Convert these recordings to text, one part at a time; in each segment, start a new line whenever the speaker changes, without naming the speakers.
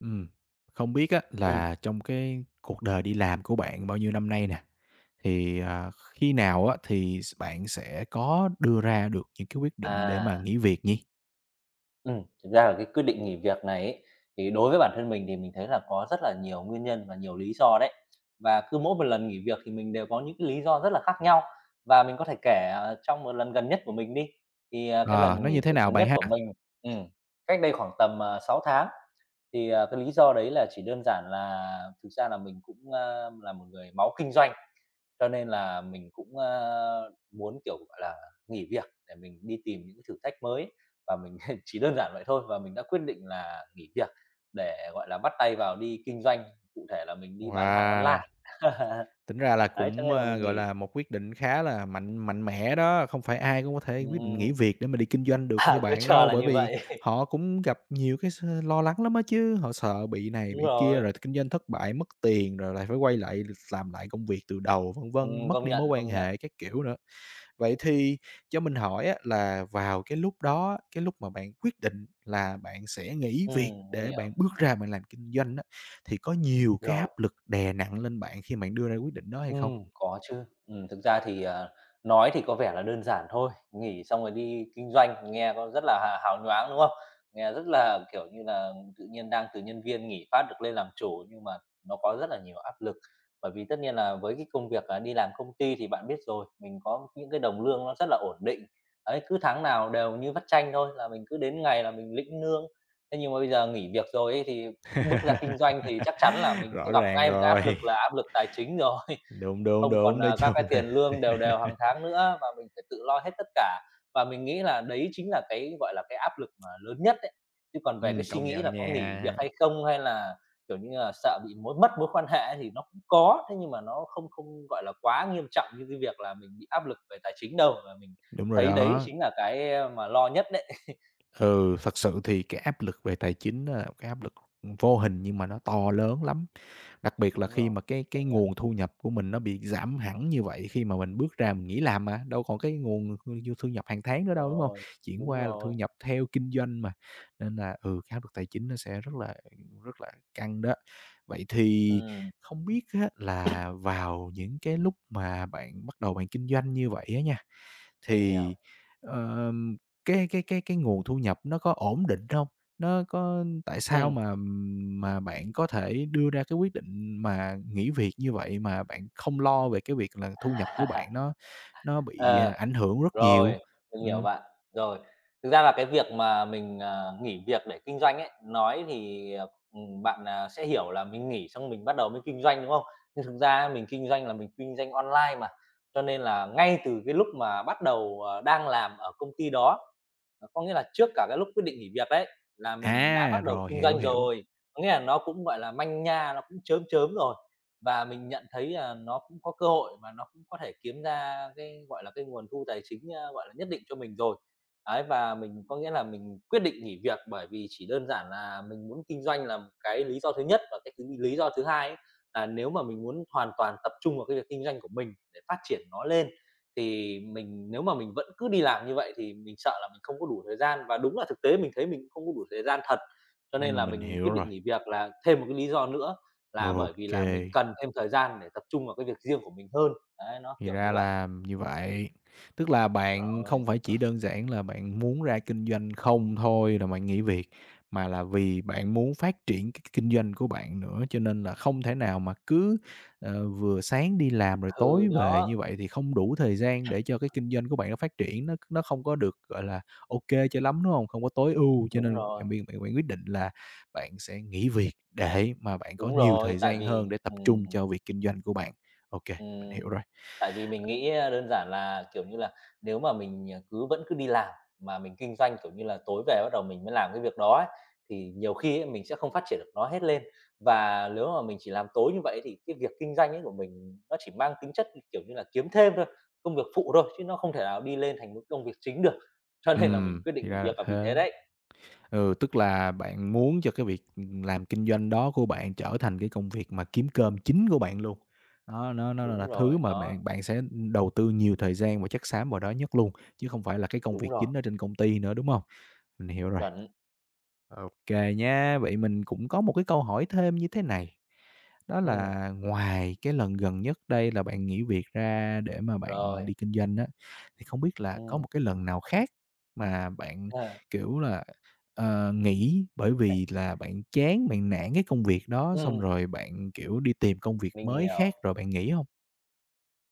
Ừm, không biết á
Ừm,
là trong cái cuộc đời đi làm của bạn bao nhiêu năm nay nè, thì, khi nào á thì bạn sẽ có đưa ra được những cái quyết định để
à,
mà nghỉ việc nhỉ?
thực ra là cái quyết định nghỉ việc này ấy, thì đối với bản thân mình thì mình thấy là có rất là nhiều nguyên nhân và nhiều lý do đấy. Và cứ mỗi một lần nghỉ việc thì mình đều có những cái lý do rất là khác nhau, và mình có thể kể, trong một lần gần nhất của mình đi. Cái
Ờ,
lần
nó
nghỉ
như thế
việc
nào
gần nhất
bạn ha?
của mình ừm, cách đây khoảng tầm, 6 tháng, cái lý do đấy là chỉ đơn giản là thực ra là mình cũng, là một người máu kinh doanh. Cho nên là mình cũng, muốn, kiểu, gọi là, nghỉ việc để mình đi tìm những cái thử thách mới và mình chỉ đơn giản vậy thôi và mình đã quyết định là nghỉ việc để, gọi là, bắt tay vào đi kinh doanh, cụ thể là mình đi bán hàng online.
Wow! Tính ra là
Đấy, cho
cũng,
nên là mình
gọi
nghỉ.
là, một quyết định khá là mạnh mạnh mẽ đó, không phải ai cũng có thể quyết định
Ừm,
nghỉ việc để mà đi kinh doanh được
à,
như
cứ
bạn
chờ
đâu,
là
bởi
như
vì
vậy.
họ cũng gặp nhiều cái lo lắng lắm á chứ, họ sợ bị này
Đúng
bị kia,
rồi,
rồi kinh doanh thất bại, mất tiền, rồi lại phải quay lại làm lại công việc từ đầu, vân vân, mất
công
đi
nhận,
mối quan
công nhận.
hệ các kiểu nữa. Vậy thì cho mình hỏi á là vào cái lúc đó á, cái lúc mà bạn quyết định là bạn sẽ nghỉ việc
Mình
để
hiểu.
bạn bước ra bạn làm kinh doanh á, thì có nhiều cái
Rồi.
áp lực đè nặng lên bạn khi bạn đưa ra quyết định đó hay không?
Có chứ. Thực ra thì, ờ, Nói thì có vẻ là đơn giản thôi, nghỉ xong rồi đi kinh doanh, nghe có rất là hà hào nhoáng, đúng không? Nghe rất là, kiểu như là, tự nhiên đang từ nhân viên nghỉ phát được lên làm chủ, nhưng mà nó có rất là nhiều áp lực. Bởi vì tất nhiên là với cái công việc là đi làm công ty thì bạn biết rồi, mình có những cái đồng lương nó rất là ổn định. Đấy, cứ tháng nào đều như vắt chanh thôi, là mình cứ đến ngày là mình lĩnh lương. Thế nhưng mà bây giờ nghỉ việc rồi ấy, thì bước ra kinh doanh thì chắc chắn là mình sẽ
Rõ
gặp
ràng
ngay một cái áp
rồi.
lực là áp lực tài chính rồi.
Đúng, đúng,
Không còn,
đúng, nói
à, các cái
chung
tiền
là
lương đều đều hàng tháng nữa và mình phải tự lo hết tất cả. Và mình nghĩ là đấy chính là cái, gọi là, cái áp lực mà lớn nhất đấy. Chứ còn về cái suy
công
nghĩ là
nhận
có nghỉ việc
nha.
hay không, hay là, kiểu như là, sợ bị mối mất mối quan hệ ấy thì nó cũng có, thế nhưng mà nó không không, gọi là, quá nghiêm trọng như cái việc là mình bị áp lực về tài chính đâu. Và mình
Đúng rồi
thấy đấy
đó.
chính là cái, mà lo nhất đấy.
Ừ, thật sự thì cái áp lực về tài chính đó là cái áp lực vô hình nhưng mà nó to lớn lắm. Đặc biệt là
Đúng
khi
rồi,
mà cái
công
cái
nhận.
nguồn thu nhập của mình nó bị giảm hẳn như vậy khi mà mình bước ra mình nghỉ làm mà, đâu còn cái nguồn thu thu nhập hàng tháng nữa đâu, đúng không?
Rồi,
Chuyển
đúng
qua là thu
rồi.
nhập theo kinh doanh mà, nên là, ừ, cái áp lực tài chính nó sẽ rất là căng đó. Vậy thì
Ừm,
không biết á là vào những cái lúc mà bạn bắt đầu bạn kinh doanh như vậy á nha,
mình hiểu.
thì, ờm, cái nguồn thu nhập nó có ổn định không? Nó có tại sao
Ừ.
mà bạn có thể đưa ra cái quyết định mà nghỉ việc như vậy mà bạn không lo về cái việc là thu nhập của bạn nó bị,
ờ.
ảnh hưởng rất nhiều?
Rồi, mình hiểu
Ừm,
bạn. Rồi, thực ra là cái việc mà mình, nghỉ việc để kinh doanh ấy, nói thì, bạn, sẽ hiểu là mình nghỉ xong mình bắt đầu mới kinh doanh, đúng không? Nhưng thực ra mình kinh doanh là mình kinh doanh online mà, cho nên là ngay từ cái lúc mà bắt đầu, đang làm ở công ty đó. Ờ, có nghĩa là trước cả cái lúc quyết định nghỉ việc đấy, là mình đã
à,
bắt đầu
rồi,
kinh
hiểu,
doanh
hiểu.
rồi, có nghĩa là nó cũng, gọi là, manh nha, nó cũng chớm chớm rồi. Và mình nhận thấy là nó cũng có cơ hội và nó cũng có thể kiếm ra cái, gọi là, cái nguồn thu tài chính, gọi là, nhất định cho mình rồi. Ấy, và mình có nghĩa là mình quyết định nghỉ việc bởi vì chỉ đơn giản là mình muốn kinh doanh là một cái lý do thứ nhất, và cái thứ lý do thứ hai ấy, là nếu mà mình muốn hoàn toàn tập trung vào cái việc kinh doanh của mình để phát triển nó lên thì mình nếu mà mình vẫn cứ đi làm như vậy thì mình sợ là mình không có đủ thời gian và đúng là thực tế mình thấy mình không có đủ thời gian thật. Cho nên là
Mình
mình
hiểu
quyết
rồi.
định nghỉ việc là thêm một cái lý do nữa là bởi vì là mình
OK.
cần thêm thời gian để tập trung vào cái việc riêng của mình hơn. Đấy, nó
Thì
kiểu như
ra
vậy.
là như vậy, tức là bạn
Rồi.
không phải chỉ đơn giản là bạn muốn ra kinh doanh không thôi rồi bạn nghỉ việc, mà là vì bạn muốn phát triển cái kinh doanh của bạn nữa, cho nên là không thể nào mà cứ, ờ, vừa sáng đi làm rồi
Ừ,
tối về
đó,
như vậy thì không đủ thời gian để cho cái kinh doanh của bạn nó phát triển, nó không có được, gọi là, ok cho lắm, đúng không? Không có tối ưu, cho
đúng
nên
rồi,
bạn biên bạn bạn quyết định là bạn sẽ nghỉ việc để mà bạn có
đúng
nhiều
rồi,
thời gian hơn để tập trung cho việc kinh doanh của bạn. Ok, mình
Ừm,
hiểu rồi.
tại vì mình nghĩ, đơn giản là, kiểu như là, nếu mà mình, cứ vẫn cứ đi làm mà mình kinh doanh, kiểu như là, tối về bắt đầu mình mới làm cái việc đó ấy, thì nhiều khi ấy mình sẽ không phát triển được nó hết lên. Và nếu mà mình chỉ làm tối như vậy thì cái việc kinh doanh ấy của mình nó chỉ mang tính chất, kiểu như là, kiếm thêm thôi, công việc phụ thôi, chứ nó không thể nào đi lên thành một công việc chính được. Cho nên là mình quyết
Thì
định nghỉ
ra là
việc là vì thế
thế.
đấy.
Ừ, tức là bạn muốn cho cái việc, làm kinh doanh đó của bạn trở thành cái công việc mà kiếm cơm chính của bạn luôn. Đó, nó
Đúng
là
rồi,
thứ mà
đó,
bạn bạn sẽ, đầu tư nhiều thời gian và chất xám vào đó nhất luôn, chứ không phải là cái công
đúng
việc
rồi,
chính ở trên công ty nữa, đúng không? Mình hiểu rồi.
chuẩn.
OK nha. Vậy mình cũng có một cái câu hỏi thêm như thế này, đó
Ừm,
là ngoài cái lần gần nhất đây là bạn nghỉ việc ra để mà bạn
rồi,
đi kinh doanh á, thì không biết là có
ừm,
một cái lần nào khác mà bạn,
ờ,
kiểu là, nghỉ bởi vì là bạn chán, bạn nản cái công việc đó, xong
ừm,
rồi bạn, kiểu, đi tìm công việc
mình
mới
hiểu.
khác rồi bạn nghỉ không?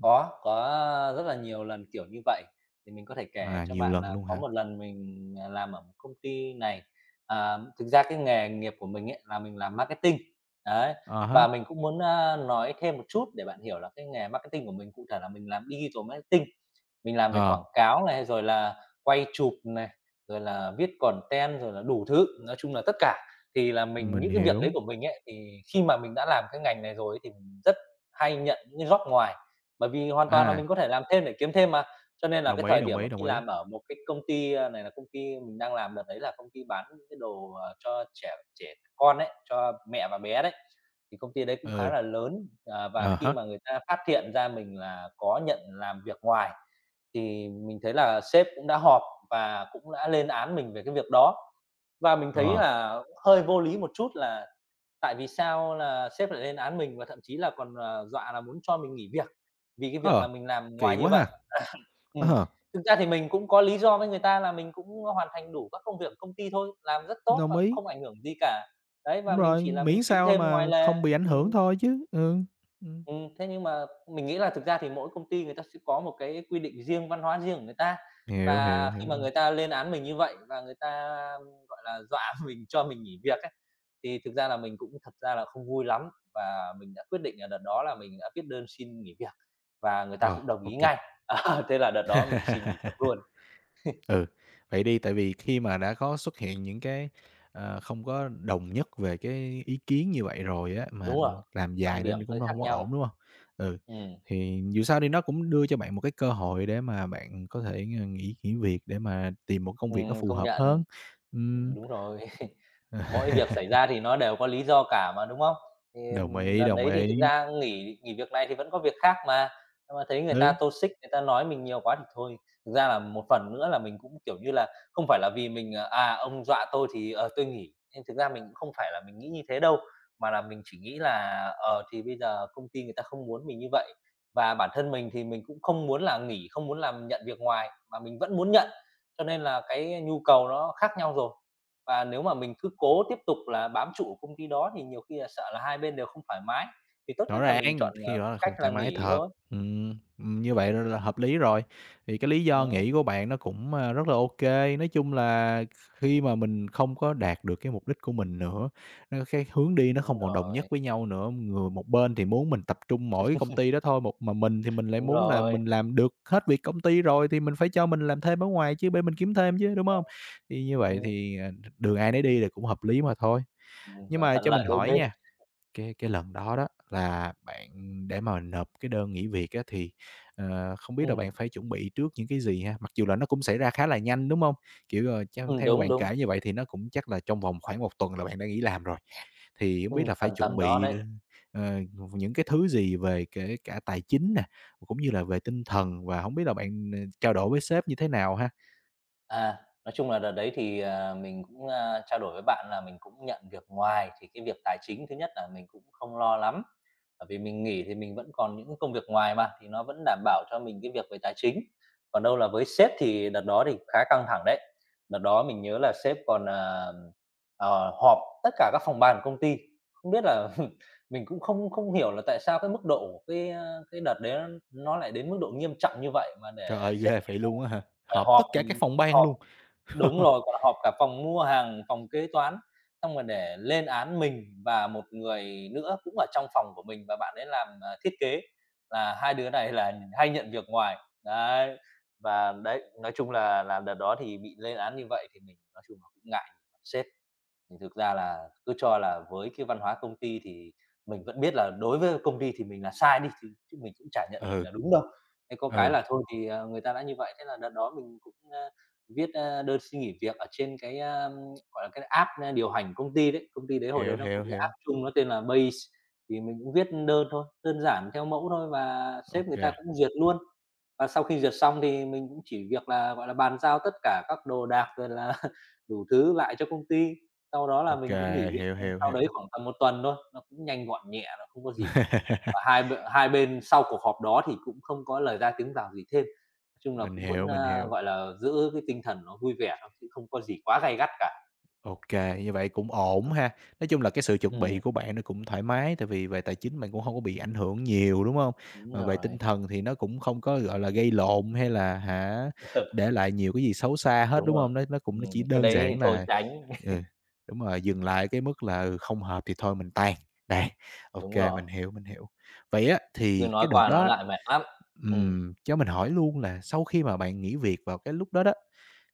Có rất là nhiều lần kiểu như vậy. Thì mình có thể kể
À,
cho
nhiều
bạn
lần
là
luôn
có
hả?
một lần mình, làm ở một công ty này, à, thực ra cái nghề nghiệp của mình ấy là mình làm marketing, đấy,
À
và
hả?
mình cũng muốn, nói thêm một chút để bạn hiểu là cái nghề marketing của mình cụ thể là mình làm digital marketing. Mình làm về
ờ,
quảng cáo này, rồi là quay chụp này, rồi là viết content, rồi là đủ thứ, nói chung là tất cả. Thì là mình
mình
những cái việc đấy
hiểu.
của mình ấy, thì khi mà mình đã làm cái ngành này rồi ấy thì mình rất hay nhận những cái job ngoài. Bởi vì hoàn toàn là
À,
mình có thể làm thêm để kiếm thêm mà, cho nên là cái
đồng ý,
thời
đồng
điểm mà
ý,
khi
đồng ý.
làm ở một cái công ty, này là công ty mình đang làm đợt đấy là công ty bán những cái đồ, cho trẻ trẻ con ấy, cho mẹ và bé đấy, thì công ty đấy cũng khá
Ừ,
là lớn. Ờ, và
à
khi
hả?
mà người ta phát hiện ra mình là có nhận làm việc ngoài thì mình thấy là sếp cũng đã họp và cũng đã lên án mình về cái việc đó. Và mình thấy
Ờ.
là hơi vô lý một chút là tại vì sao là sếp lại lên án mình và thậm chí là còn, dọa là muốn cho mình nghỉ việc, vì cái việc
Ờ,
là mình làm
kỳ
ngoài như
quá
vậy.
ha!
Ừm,
Ờ,
thực ra thì mình cũng có lý do với người ta là mình cũng hoàn thành đủ các công việc của công ty thôi, làm rất tốt
đồng
và cũng
ý,
không ảnh hưởng gì cả. Đấy,
đúng
và mình
rồi,
chỉ là mình
miễn
kiếm
sao
thêm ngoài
mà
lề.
không bị ảnh hưởng
Ừm.
thôi chứ. Ừ, ừm.
Thế nhưng mà mình nghĩ là thực ra thì mỗi công ty người ta sẽ có một cái quy định riêng, văn hóa riêng của người ta.
Hiểu, hiểu,
Và khi mà người
hiểu.
ta lên án mình như vậy và người ta, gọi là, dọa mình cho mình nghỉ việc ấy, thì thực ra là mình cũng thật ra là không vui lắm và mình đã quyết định là đợt đó là mình đã viết đơn xin nghỉ việc và người ta cũng
Ờ,
đồng ý
ok.
ngay. Ờ, thế là đợt đó mình xin nghỉ việc luôn.
Ừ, vậy đi, tại vì khi mà đã có xuất hiện những cái, không có đồng nhất về cái ý kiến như vậy rồi á, mà
Đúng rồi,
làm
quan
dài
điểm
lên thì
hơi
cũng
khác
không có
nhau.
ổn, đúng không? Ừ,
Ừm,
thì dù sao đi nó cũng đưa cho bạn một cái cơ hội để mà bạn có thể, ờ, nghỉ nghỉ việc để mà tìm một công việc nó phù
công
hợp
nhận,
hơn. Ừm.
đúng rồi. Mỗi việc xảy ra thì nó đều có lý do cả mà, đúng không? Thì,
Đồng ý,
đợt
đồng
đấy thì thực
ý.
ra nghỉ nghỉ việc này thì vẫn có việc khác mà, nhưng mà thấy người ta
Ừ,
toxic, người ta nói mình nhiều quá thì thôi. Thực ra là một phần nữa là mình cũng, kiểu như là, không phải là vì mình, ông dọa tôi thì, tôi nghỉ, nhưng thực ra mình cũng không phải là mình nghĩ như thế đâu, mà là mình chỉ nghĩ là, ờ, thì bây giờ công ty người ta không muốn mình như vậy. Và bản thân mình thì mình cũng không muốn là nghỉ, không muốn làm nhận việc ngoài, mà mình vẫn muốn nhận, cho nên là cái nhu cầu nó khác nhau rồi. Và nếu mà mình cứ cố tiếp tục là bám trụ ở công ty đó thì nhiều khi là sợ là hai bên đều không thoải mái, thì tốt
rõ
nhất là mình chọn,
ràng, khi
ờ,
đó là
cách
không
là
thoải mái
nghỉ
thật.
thôi.
Như vậy là hợp lý rồi. Thì cái lý do
Ừm,
nghỉ của bạn nó cũng, a, rất là ok. Nói chung là khi mà mình không có đạt được cái mục đích của mình nữa, ơ, cái hướng đi nó
đúng
không còn đồng nhất
rồi,
với nhau nữa, người một bên thì muốn mình tập trung mỗi công ty đó thôi, một mà mình thì mình lại
đúng
muốn là
rồi.
mình làm được hết việc công ty rồi thì mình phải cho mình làm thêm ở ngoài chứ, để mình kiếm thêm chứ, đúng không? Thì như vậy
Ừm,
thì, đường ai nấy đi là cũng hợp lý mà thôi. Nhưng
ờ,
mà
Thuận
cho mình
lợi đôi
hỏi
bên.
nha. Cái lần đó đó là bạn để mà nộp cái đơn nghỉ việc á thì, ờ, không biết là
Ừm,
bạn phải chuẩn bị trước những cái gì ha? Mặc dù là nó cũng xảy ra khá là nhanh, đúng không? Kiểu, ờ, theo theo
đúng,
bạn
đúng,
kể như vậy thì nó cũng chắc là trong vòng khoảng một tuần là bạn đã nghỉ làm rồi. Thì không biết là
tầm
phải chuẩn
tầm đó
bị
đấy.
ờ, những cái thứ gì về kể cả tài chính nè, cũng như là về tinh thần và không biết là bạn, ờ, trao đổi với sếp như thế nào ha?
À, nói chung là đợt đấy thì, mình cũng, trao đổi với bạn là mình cũng nhận việc ngoài, thì cái việc tài chính thứ nhất là mình cũng không lo lắm, bởi vì mình nghỉ thì mình vẫn còn những công việc ngoài mà, thì nó vẫn đảm bảo cho mình cái việc về tài chính. Còn đâu là với sếp thì đợt đó thì khá căng thẳng đấy. Đợt đó mình nhớ là sếp còn, họp tất cả các phòng ban của công ty, không biết là mình cũng không không hiểu là tại sao cái mức độ của cái, cái đợt đấy nó lại đến mức độ nghiêm trọng như vậy mà để
Trời ơi,
sếp
ghê vậy luôn á hả?
phải
Họp
họp,
tất cả các phòng ban
họp.
luôn.
Đúng rồi, còn họp cả phòng mua hàng, phòng kế toán, xong rồi để lên án mình và một người nữa cũng ở trong phòng của mình và bạn ấy làm, thiết kế, là hai đứa này là hay nhận việc ngoài. Đấy, và đấy, nói chung là đợt đó thì bị lên án như vậy thì mình nói chung là cũng ngại sếp. Thì thực ra là cứ cho là với cái văn hóa công ty thì mình vẫn biết là đối với công ty thì mình là sai đi, thì chứ mình cũng chả nhận mình
Ừ,
là đúng đâu. Thế có cái
ừ,
là thôi thì, người ta đã như vậy, thế là đợt đó mình cũng, viết, đơn xin nghỉ việc ở trên cái, gọi là, cái app, điều hành công ty đấy. Công ty đấy hồi đấy
hiểu,
nó cũng
hiểu,
cái app
hiểu.
chung nó tên là Base, thì mình cũng viết đơn thôi, đơn giản theo mẫu thôi và sếp
OK.
người ta cũng duyệt luôn. Và sau khi duyệt xong thì mình cũng chỉ việc là, gọi là, bàn giao tất cả các đồ đạc rồi là đủ thứ lại cho công ty. Sau đó là
OK,
mình cũng nghỉ việc,
hiểu, hiểu,
sau đấy
hiểu.
khoảng tầm một tuần thôi, nó cũng nhanh gọn nhẹ, nó không có gì cả. Và hai bên sau cuộc họp đó thì cũng không có lời ra tiếng rào gì thêm. Nói chung là
Mình
cũng vẫn,
hiểu, mình hiểu.
gọi là, giữ cái tinh thần nó vui vẻ thôi, chứ không có gì quá gay gắt cả.
OK, như vậy cũng ổn ha. Nói chung là cái sự chuẩn
Ừm,
bị của bạn nó cũng thoải mái, tại vì về tài chính bạn cũng không có bị ảnh hưởng nhiều, đúng không?
đúng
Mà về
rồi.
tinh thần thì nó cũng không có, gọi là, gây lộn hay là, hả, để lại nhiều cái gì xấu xa hết,
Đúng
đúng
rồi.
không? Nó cũng nó chỉ
Cái
đơn
đấy thì
giản
thôi
là
tránh.
ừ, đúng rồi, dừng lại cái mức là, ừ, không hợp thì thôi mình tan. Đây. OK,
Đúng rồi,
mình hiểu, mình hiểu. Vậy á,
cứ
thì
nói
cái đợt
qua nói
đó
lại mệt lắm. Ừm,
cho mình hỏi luôn là sau khi mà bạn nghỉ việc vào cái lúc đó đó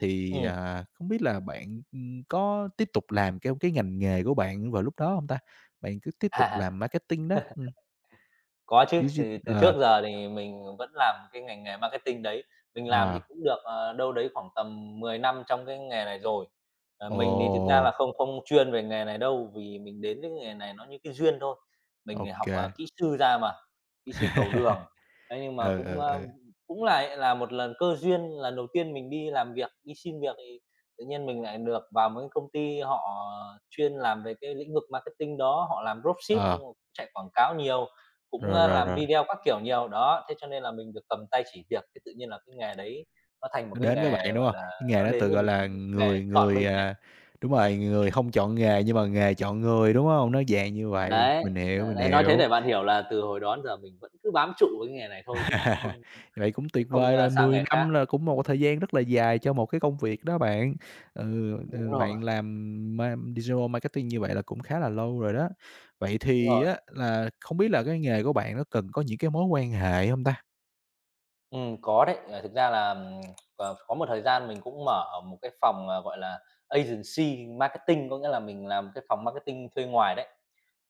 thì,
ừm.
không biết là bạn, có tiếp tục làm cái ngành nghề của bạn vào lúc đó không ta? Bạn cứ tiếp tục làm marketing đó,
Có chứ, thì từ trước
ờ,
giờ thì mình vẫn làm cái ngành nghề marketing đấy. Mình làm thì
à,
cũng được, đâu đấy khoảng tầm 10 năm trong cái nghề này rồi. Ờ,
ồ,
mình thì thực ra là không không chuyên về nghề này đâu, vì mình đến với nghề này nó như cái duyên thôi. Mình
ô.
thì học, kỹ sư ra mà, kỹ sư cầu đường. Thế nhưng mà
Ừ,
cũng,
ừ, ừ,
cũng lại là một lần cơ duyên, lần đầu tiên mình đi làm việc, đi xin việc thì tự nhiên mình lại được vào một cái công ty họ chuyên làm về cái lĩnh vực marketing đó, họ làm dropship
ờ,
nhưng mà cũng chạy quảng cáo nhiều. Cũng,
rồi, rồi,
làm
rồi,
video các kiểu nhiều, đó, thế cho nên là mình được cầm tay chỉ việc, thế tự nhiên là cái nghề đấy nó thành một
nó
cái
đến với
nghề,
bạn, đúng
gọi
không?
là,
Cái nghề
nó
đó
đến
tự
với
gọi
mình,
là,
nghề
người
chọn
người,
mình đấy.
à đúng rồi, người không chọn nghề
Ừm,
nhưng mà nghề chọn người, đúng không? Nó dạng như vậy,
đấy,
mình hiểu,
đấy,
mình
đấy, nói thế
hiểu.
để bạn hiểu là từ hồi đó đến giờ mình vẫn cứ bám trụ với cái nghề này
À,
thôi chứ không
vậy cũng
cũng
tuyệt
không,
vời rồi,
sang
10
nghề khác.
năm là cũng một
Ừm,
thời gian rất là dài cho một cái công việc đó bạn. Ừ,
đúng
ừ,
rồi,
bạn làm digital marketing như vậy là cũng khá là lâu rồi đó. Vậy
đúng
thì
rồi.
á là không biết là cái nghề của bạn nó cần có những cái mối quan hệ không ta?
Có đấy. Ờ, thực ra là, ờ, có một thời gian mình cũng mở ở một cái phòng, gọi là, agency marketing, có nghĩa là mình làm cái phòng marketing thuê ngoài đấy.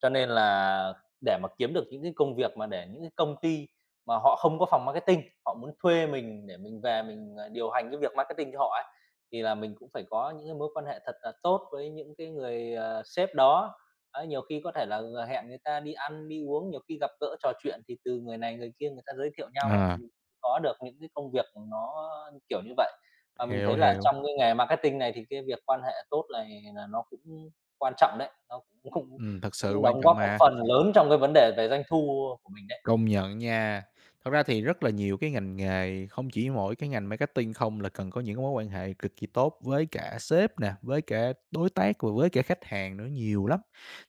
Cho nên là để mà kiếm được những cái công việc mà để những cái công ty mà họ không có phòng marketing, họ muốn thuê mình để mình về mình, điều hành cái việc marketing cho họ ấy, thì là mình cũng phải có những cái mối quan hệ thật là tốt với những cái người, sếp đó. Ấy, nhiều khi có thể là, hẹn người ta đi ăn, đi uống, nhiều khi gặp gỡ trò chuyện thì từ người này người kia người ta giới thiệu nhau ấy
À,
thì có được những cái công việc nó, kiểu như vậy. Và mình
hiểu,
thấy là
hiểu,
trong cái nghề marketing này thì cái việc quan hệ tốt này là nó cũng quan trọng đấy, nó cũng cũng
thật sự
cũng
quan
đóng
trọng
góp một
mà.
phần lớn trong cái vấn đề về doanh thu của mình đấy.
Công nhận nha. Thật ra thì rất là nhiều cái ngành nghề, không chỉ mỗi cái ngành marketing không là cần có những cái mối quan hệ cực kỳ tốt với cả sếp nè, với cả đối tác và với cả khách hàng nữa, nhiều lắm.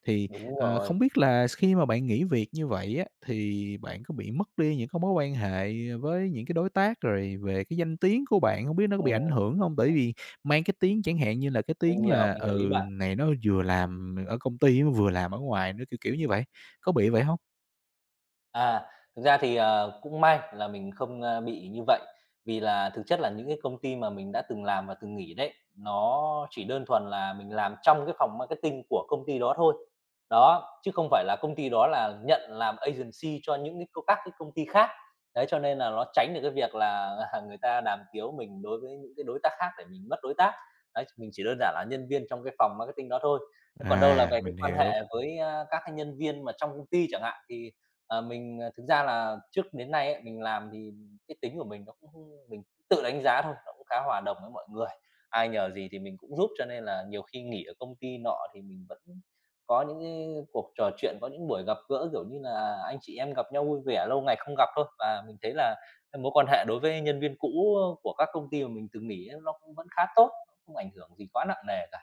Thì,
Đúng rồi,
không biết là khi mà bạn nghỉ việc như vậy á, thì bạn có bị mất đi những cái mối quan hệ với những cái đối tác, rồi về cái danh tiếng của bạn, không biết nó có bị ảnh
ừm,
hưởng không? Bởi vì mang cái tiếng chẳng hạn như là cái tiếng là,
mình hiểu ý
ừ,
bạn.
này nó vừa làm ở công ty, nó vừa làm ở ngoài nữa, kiểu, kiểu như vậy. Có bị vậy không?
À, thực ra thì, cũng may là mình không, bị như vậy, vì là thực chất là những cái công ty mà mình đã từng làm và từng nghỉ đấy, nó chỉ đơn thuần là mình làm trong cái phòng marketing của công ty đó thôi. Đó, chứ không phải là công ty đó là nhận làm agency cho những cái c các cái công ty khác. Đấy, cho nên là nó tránh được cái việc là, người ta đàm tiếu mình đối với những cái đối tác khác để mình mất đối tác. Đấy, mình chỉ đơn giản là nhân viên trong cái phòng marketing đó thôi. Thế còn đâu là
À,
về cái
mình
quan
hiểu.
hệ với, các cái nhân viên mà trong công ty chẳng hạn, thì Ờ, mình, thực ra là trước đến nay ấy, mình làm thì cái tính của mình nó cũng không- mình tự đánh giá thôi, nó cũng khá hòa đồng với mọi người. Ai nhờ gì thì mình cũng giúp, cho nên là nhiều khi nghỉ ở công ty nọ thì mình vẫn có những cái cuộc trò chuyện, có những buổi gặp gỡ, kiểu như là, anh chị em gặp nhau vui vẻ, lâu ngày không gặp thôi. Và mình thấy là cái mối quan hệ đối với nhân viên cũ của các công ty mà mình từng nghỉ ấy, nó cũng vẫn khá tốt, nó không ảnh hưởng gì quá nặng nề cả.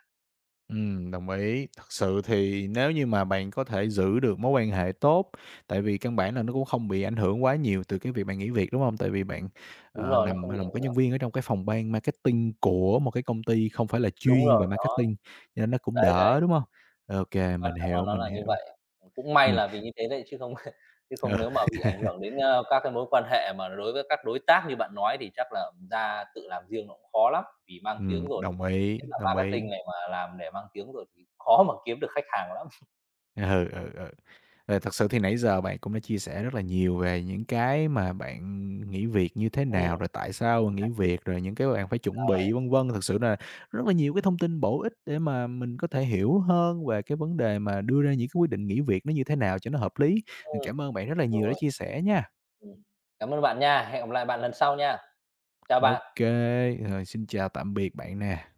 Đồng ý. Thật sự thì nếu như mà bạn có thể giữ được mối quan hệ tốt, tại vì căn bản là nó cũng không bị ảnh hưởng quá nhiều từ cái việc bạn nghỉ việc, đúng không? Tại vì bạn,
Đúng
ờ,
rồi, nó
nằm
không bị
là
ảnh
một cái nhân
hưởng.
viên ở trong cái phòng ban marketing của một cái công ty không phải là
Đúng
chuyên
rồi,
về
đó,
marketing, cho nên nó cũng
đấy,
đỡ,
đấy.
đúng không? Ok,
Quan
mình
trọng là
hiểu,
nó
mình
là như
hiểu.
vậy. Cũng may
Ừm,
là vì như thế đấy, chứ không chứ không nếu mà
ừ.
bị ảnh hưởng đến, các cái mối quan hệ mà đối với các đối tác như bạn nói thì chắc là ra tự làm riêng nó cũng khó lắm, vì mang tiếng rồi thì
Đồng ý,
nhất là
đồng
marketing
ý.
này mà làm để mang tiếng rồi thì khó mà kiếm được khách hàng lắm.
Ừ, ừ, ừ. Ờ, thật sự thì nãy giờ bạn cũng đã chia sẻ rất là nhiều về những cái mà bạn nghỉ việc như thế nào,
Ừm,
rồi tại sao nghỉ việc, rồi những cái bạn phải chuẩn
rồi,
bị vân vân. Thực sự là rất là nhiều cái thông tin bổ ích để mà mình có thể hiểu hơn về cái vấn đề mà đưa ra những cái quyết định nghỉ việc nó như thế nào cho nó hợp lý. Mình
ừm,
cảm ơn bạn rất là nhiều đã
rồi,
chia sẻ nha.
ừm. Cảm ơn bạn nha, hẹn gặp lại bạn lần sau nha. Chào bạn.
Ok, rồi xin chào tạm biệt bạn nè.